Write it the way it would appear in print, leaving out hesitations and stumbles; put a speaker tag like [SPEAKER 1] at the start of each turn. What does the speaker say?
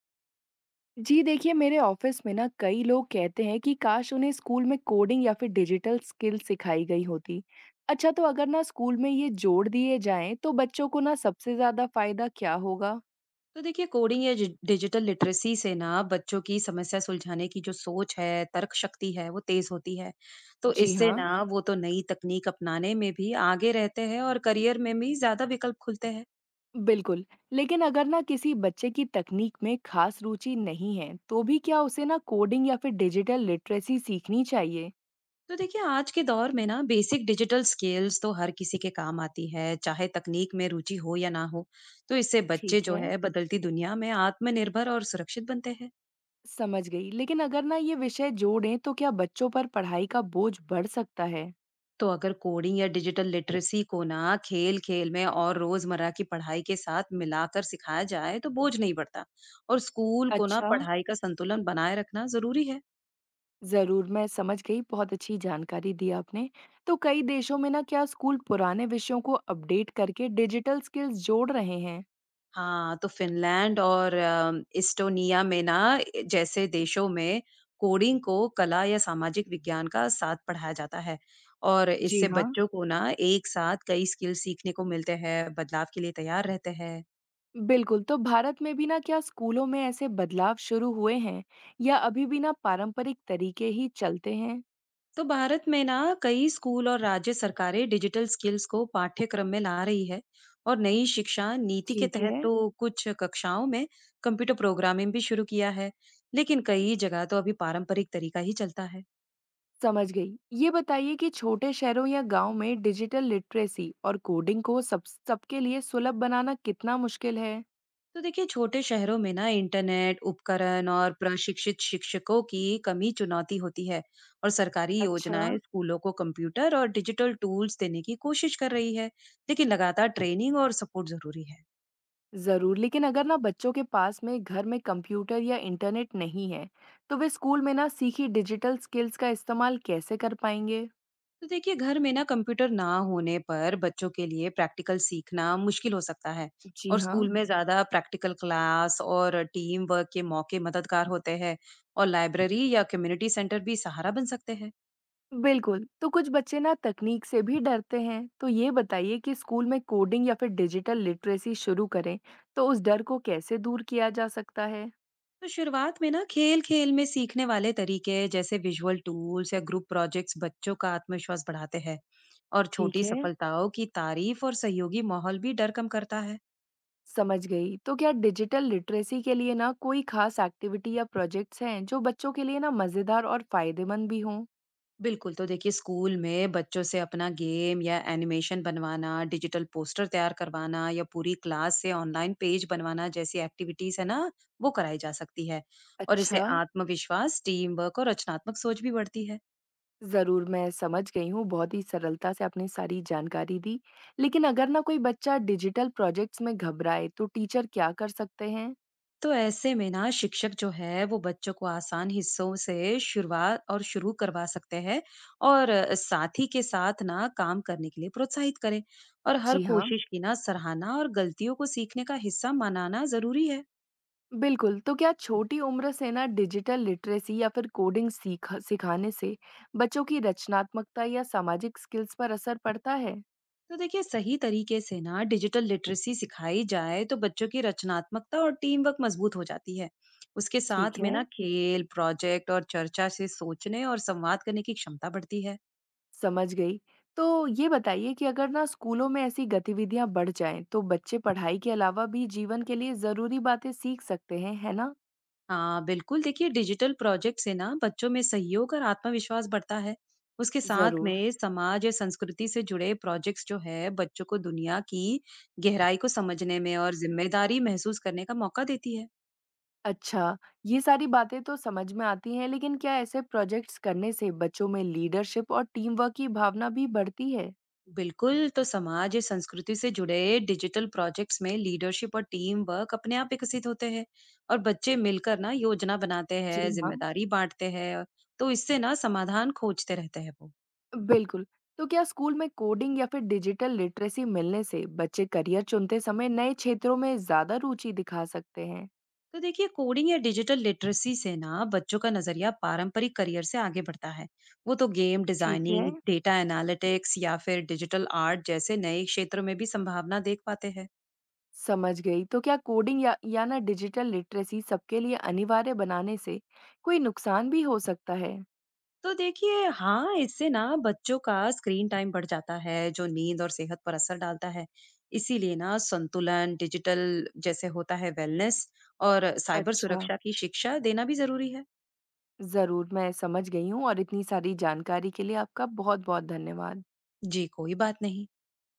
[SPEAKER 1] जी देखिए, मेरे ऑफिस में ना कई लोग कहते हैं कि काश उन्हें स्कूल में कोडिंग या फिर डिजिटल स्किल सिखाई गई होती। अच्छा, तो अगर ना स्कूल में ये जोड़ दिए जाएं तो बच्चों को ना सबसे ज्यादा फायदा क्या होगा?
[SPEAKER 2] तो देखिए कोडिंग या डिजिटल लिटरेसी से ना बच्चों की समस्या सुलझाने की जो सोच है तर्क शक्ति है वो तेज होती है। तो
[SPEAKER 1] जी
[SPEAKER 2] इससे
[SPEAKER 1] हाँ।
[SPEAKER 2] ना वो तो नई तकनीक अपनाने में भी आगे रहते हैं और करियर में भी ज्यादा विकल्प खुलते हैं।
[SPEAKER 1] बिल्कुल। लेकिन अगर ना किसी बच्चे की तकनीक में खास रुचि नहीं है तो भी क्या उसे ना कोडिंग या फिर डिजिटल लिटरेसी सीखनी चाहिए?
[SPEAKER 2] तो देखिए आज के दौर में ना बेसिक डिजिटल स्किल्स तो हर किसी के काम आती है, चाहे तकनीक में रुचि हो या ना हो। तो इससे बच्चे
[SPEAKER 1] ठीक
[SPEAKER 2] जो
[SPEAKER 1] है।
[SPEAKER 2] है बदलती दुनिया में आत्मनिर्भर और सुरक्षित बनते हैं।
[SPEAKER 1] समझ गई। लेकिन अगर ना ये विषय जोड़ें तो क्या बच्चों पर पढ़ाई का बोझ बढ़ सकता है?
[SPEAKER 2] तो अगर कोडिंग या डिजिटल लिटरेसी को ना खेल खेल में और रोजमर्रा की पढ़ाई के साथ मिलाकर सिखाया जाए तो बोझ नहीं बढ़ता। और स्कूल को ना
[SPEAKER 1] अच्छा।
[SPEAKER 2] पढ़ाई का संतुलन बनाए रखना जरूरी है।
[SPEAKER 1] ज़रूर, मैं समझ गई, बहुत अच्छी जानकारी दी आपने। तो कई देशों में ना क्या स्कूल पुराने विषयों को अपडेट करके डिजिटल स्किल्स जोड़ रहे हैं?
[SPEAKER 2] हाँ, तो फिनलैंड और इस्टोनिया में ना जैसे देशों में कोडिंग को कला या सामाजिक विज्ञान का साथ पढ़ाया जाता है। और
[SPEAKER 1] जी
[SPEAKER 2] इससे
[SPEAKER 1] हाँ,
[SPEAKER 2] बच्चों को ना एक साथ कई स्किल सीखने को मिलते हैं, बदलाव के लिए तैयार रहते हैं।
[SPEAKER 1] बिल्कुल, तो भारत में भी ना क्या स्कूलों में ऐसे बदलाव शुरू हुए हैं या अभी भी ना पारंपरिक तरीके ही चलते हैं?
[SPEAKER 2] तो भारत में ना कई स्कूल और राज्य सरकारें डिजिटल स्किल्स को पाठ्यक्रम में ला रही है। और नई शिक्षा नीति के
[SPEAKER 1] ठीक है।
[SPEAKER 2] तहत तो कुछ कक्षाओं में कंप्यूटर प्रोग्रामिंग भी शुरू किया है। लेकिन कई जगह तो अभी पारंपरिक तरीका ही चलता है।
[SPEAKER 1] समझ गई। ये बताइए कि छोटे शहरों या गांव में डिजिटल लिटरेसी और कोडिंग को सब सबके लिए सुलभ बनाना कितना मुश्किल है?
[SPEAKER 2] तो देखिए छोटे शहरों में ना इंटरनेट उपकरण और प्रशिक्षित शिक्षकों की कमी चुनौती होती है। और सरकारी
[SPEAKER 1] अच्छा।
[SPEAKER 2] योजनाएं स्कूलों को कंप्यूटर और डिजिटल टूल्स देने की कोशिश कर रही है। लेकिन लगातार ट्रेनिंग और सपोर्ट जरूरी है।
[SPEAKER 1] ज़रूर, लेकिन अगर ना बच्चों के पास में घर में कंप्यूटर या इंटरनेट नहीं है तो वे स्कूल में ना सीखी डिजिटल स्किल्स का इस्तेमाल कैसे कर पाएंगे?
[SPEAKER 2] तो देखिए घर में ना कंप्यूटर ना होने पर बच्चों के लिए प्रैक्टिकल सीखना मुश्किल हो सकता है।
[SPEAKER 1] जी
[SPEAKER 2] और
[SPEAKER 1] हाँ।
[SPEAKER 2] स्कूल में ज्यादा प्रैक्टिकल क्लास और टीम वर्क के मौके मददगार होते हैं। और लाइब्रेरी या कम्युनिटी सेंटर भी सहारा बन सकते हैं।
[SPEAKER 1] बिल्कुल, तो कुछ बच्चे ना तकनीक से भी डरते हैं। तो ये बताइए कि स्कूल में कोडिंग या फिर डिजिटल लिटरेसी शुरू करें तो उस डर को कैसे दूर किया जा सकता है?
[SPEAKER 2] तो शुरुआत में ना खेल खेल में सीखने वाले तरीके जैसे विजुअल टूल्स या ग्रुप प्रोजेक्ट्स बच्चों का आत्मविश्वास बढ़ाते हैं। और
[SPEAKER 1] ठीक
[SPEAKER 2] छोटी
[SPEAKER 1] है।
[SPEAKER 2] सफलताओं की तारीफ और सहयोगी माहौल भी डर कम करता है।
[SPEAKER 1] समझ गई। तो क्या डिजिटल लिटरेसी के लिए ना कोई खास एक्टिविटी या प्रोजेक्ट्स हैं जो बच्चों के लिए ना मज़ेदार और फायदेमंद भी हों?
[SPEAKER 2] बिल्कुल, तो देखिए स्कूल में बच्चों से अपना गेम या एनिमेशन बनवाना, डिजिटल पोस्टर तैयार करवाना या पूरी क्लास से ऑनलाइन पेज बनवाना जैसी एक्टिविटीज़ है ना, वो कराई जा सकती है। और इससे
[SPEAKER 1] अच्छा।
[SPEAKER 2] आत्मविश्वास, टीम वर्क और रचनात्मक सोच भी बढ़ती है।
[SPEAKER 1] ज़रूर, मैं समझ गई हूँ, बहुत ही सरलता से आपने सारी जानकारी दी। लेकिन अगर ना कोई बच्चा डिजिटल प्रोजेक्ट्स में घबराए, तो टीचर क्या कर सकते हैं?
[SPEAKER 2] तो ऐसे में ना शिक्षक जो है वो बच्चों को आसान हिस्सों से शुरुआत और शुरू करवा सकते हैं। और साथी के साथ ना काम करने के लिए प्रोत्साहित करें। और हर
[SPEAKER 1] जी हाँ,
[SPEAKER 2] कोशिश की ना सराहना और गलतियों को सीखने का हिस्सा मनाना ज़रूरी है।
[SPEAKER 1] बिल्कुल, तो क्या छोटी उम्र से ना डिजिटल लिटरेसी या फिर कोडिंग सीखा सिखाने से बच्चों की रचनात्मकता या सामाजिक स्किल्स पर असर पड़ता है?
[SPEAKER 2] तो देखिए सही तरीके से ना डिजिटल लिटरेसी सिखाई जाए तो बच्चों की रचनात्मकता और टीम वर्क मजबूत हो जाती है। उसके
[SPEAKER 1] ठीक
[SPEAKER 2] साथ में
[SPEAKER 1] है,
[SPEAKER 2] ना खेल प्रोजेक्ट और चर्चा से सोचने और संवाद करने की क्षमता बढ़ती है।
[SPEAKER 1] समझ गई। तो ये बताइए कि अगर ना स्कूलों में ऐसी गतिविधियां बढ़ जाएं, तो बच्चे पढ़ाई के अलावा भी जीवन के लिए ज़रूरी बातें सीख सकते हैं, है ना?
[SPEAKER 2] हाँ बिल्कुल, देखिए डिजिटल प्रोजेक्ट से ना बच्चों में सहयोग और आत्मविश्वास बढ़ता है। उसके साथ
[SPEAKER 1] ज़रूर।
[SPEAKER 2] में समाज या संस्कृति से जुड़े प्रोजेक्ट्स जो है बच्चों को दुनिया की गहराई को समझने में और जिम्मेदारी महसूस करने का मौका देती है।
[SPEAKER 1] अच्छा, ये सारी बातें तो समझ में आती हैं, लेकिन क्या ऐसे प्रोजेक्ट्स करने से बच्चों में लीडरशिप और टीम वर्क की भावना भी बढ़ती है?
[SPEAKER 2] बिल्कुल, तो समाज या संस्कृति से जुड़े डिजिटल प्रोजेक्ट्स में लीडरशिप और टीम वर्क अपने आप विकसित होते हैं। और बच्चे मिलकर ना योजना बनाते
[SPEAKER 1] जी
[SPEAKER 2] हैं,
[SPEAKER 1] हाँ,
[SPEAKER 2] जिम्मेदारी बांटते हैं, तो इससे ना समाधान खोजते रहते हैं वो।
[SPEAKER 1] बिल्कुल। तो क्या स्कूल में कोडिंग या फिर डिजिटल लिटरेसी मिलने से बच्चे करियर चुनते समय नए क्षेत्रों में ज्यादा रुचि दिखा सकते हैं?
[SPEAKER 2] तो देखिए, कोडिंग या डिजिटल लिटरेसी से ना बच्चों का नजरिया पारंपरिक करियर से आगे बढ़ता है। वो तो गेम
[SPEAKER 1] ठीक है,
[SPEAKER 2] डिजाइनिंग, डेटा एनालिटिक्स या फिर डिजिटल आर्ट जैसे नए क्षेत्रों में भी संभावना देख पाते हैं।
[SPEAKER 1] समझ गई। तो क्या कोडिंग या ना डिजिटल लिटरेसी सबके लिए अनिवार्य बनाने से कोई नुकसान भी हो सकता है?
[SPEAKER 2] तो देखिए हाँ, इससे ना बच्चों का स्क्रीन टाइम बढ़ जाता है, जो नींद और सेहत पर असर डालता है। इसीलिए ना संतुलन, डिजिटल जैसे होता है वेलनेस और साइबर
[SPEAKER 1] अच्छा।
[SPEAKER 2] सुरक्षा की शिक्षा देना भी ज़रूरी है।
[SPEAKER 1] ज़रूर, मैं समझ गई हूँ और इतनी सारी जानकारी के लिए आपका बहुत-बहुत धन्यवाद।
[SPEAKER 2] जी, कोई बात नहीं।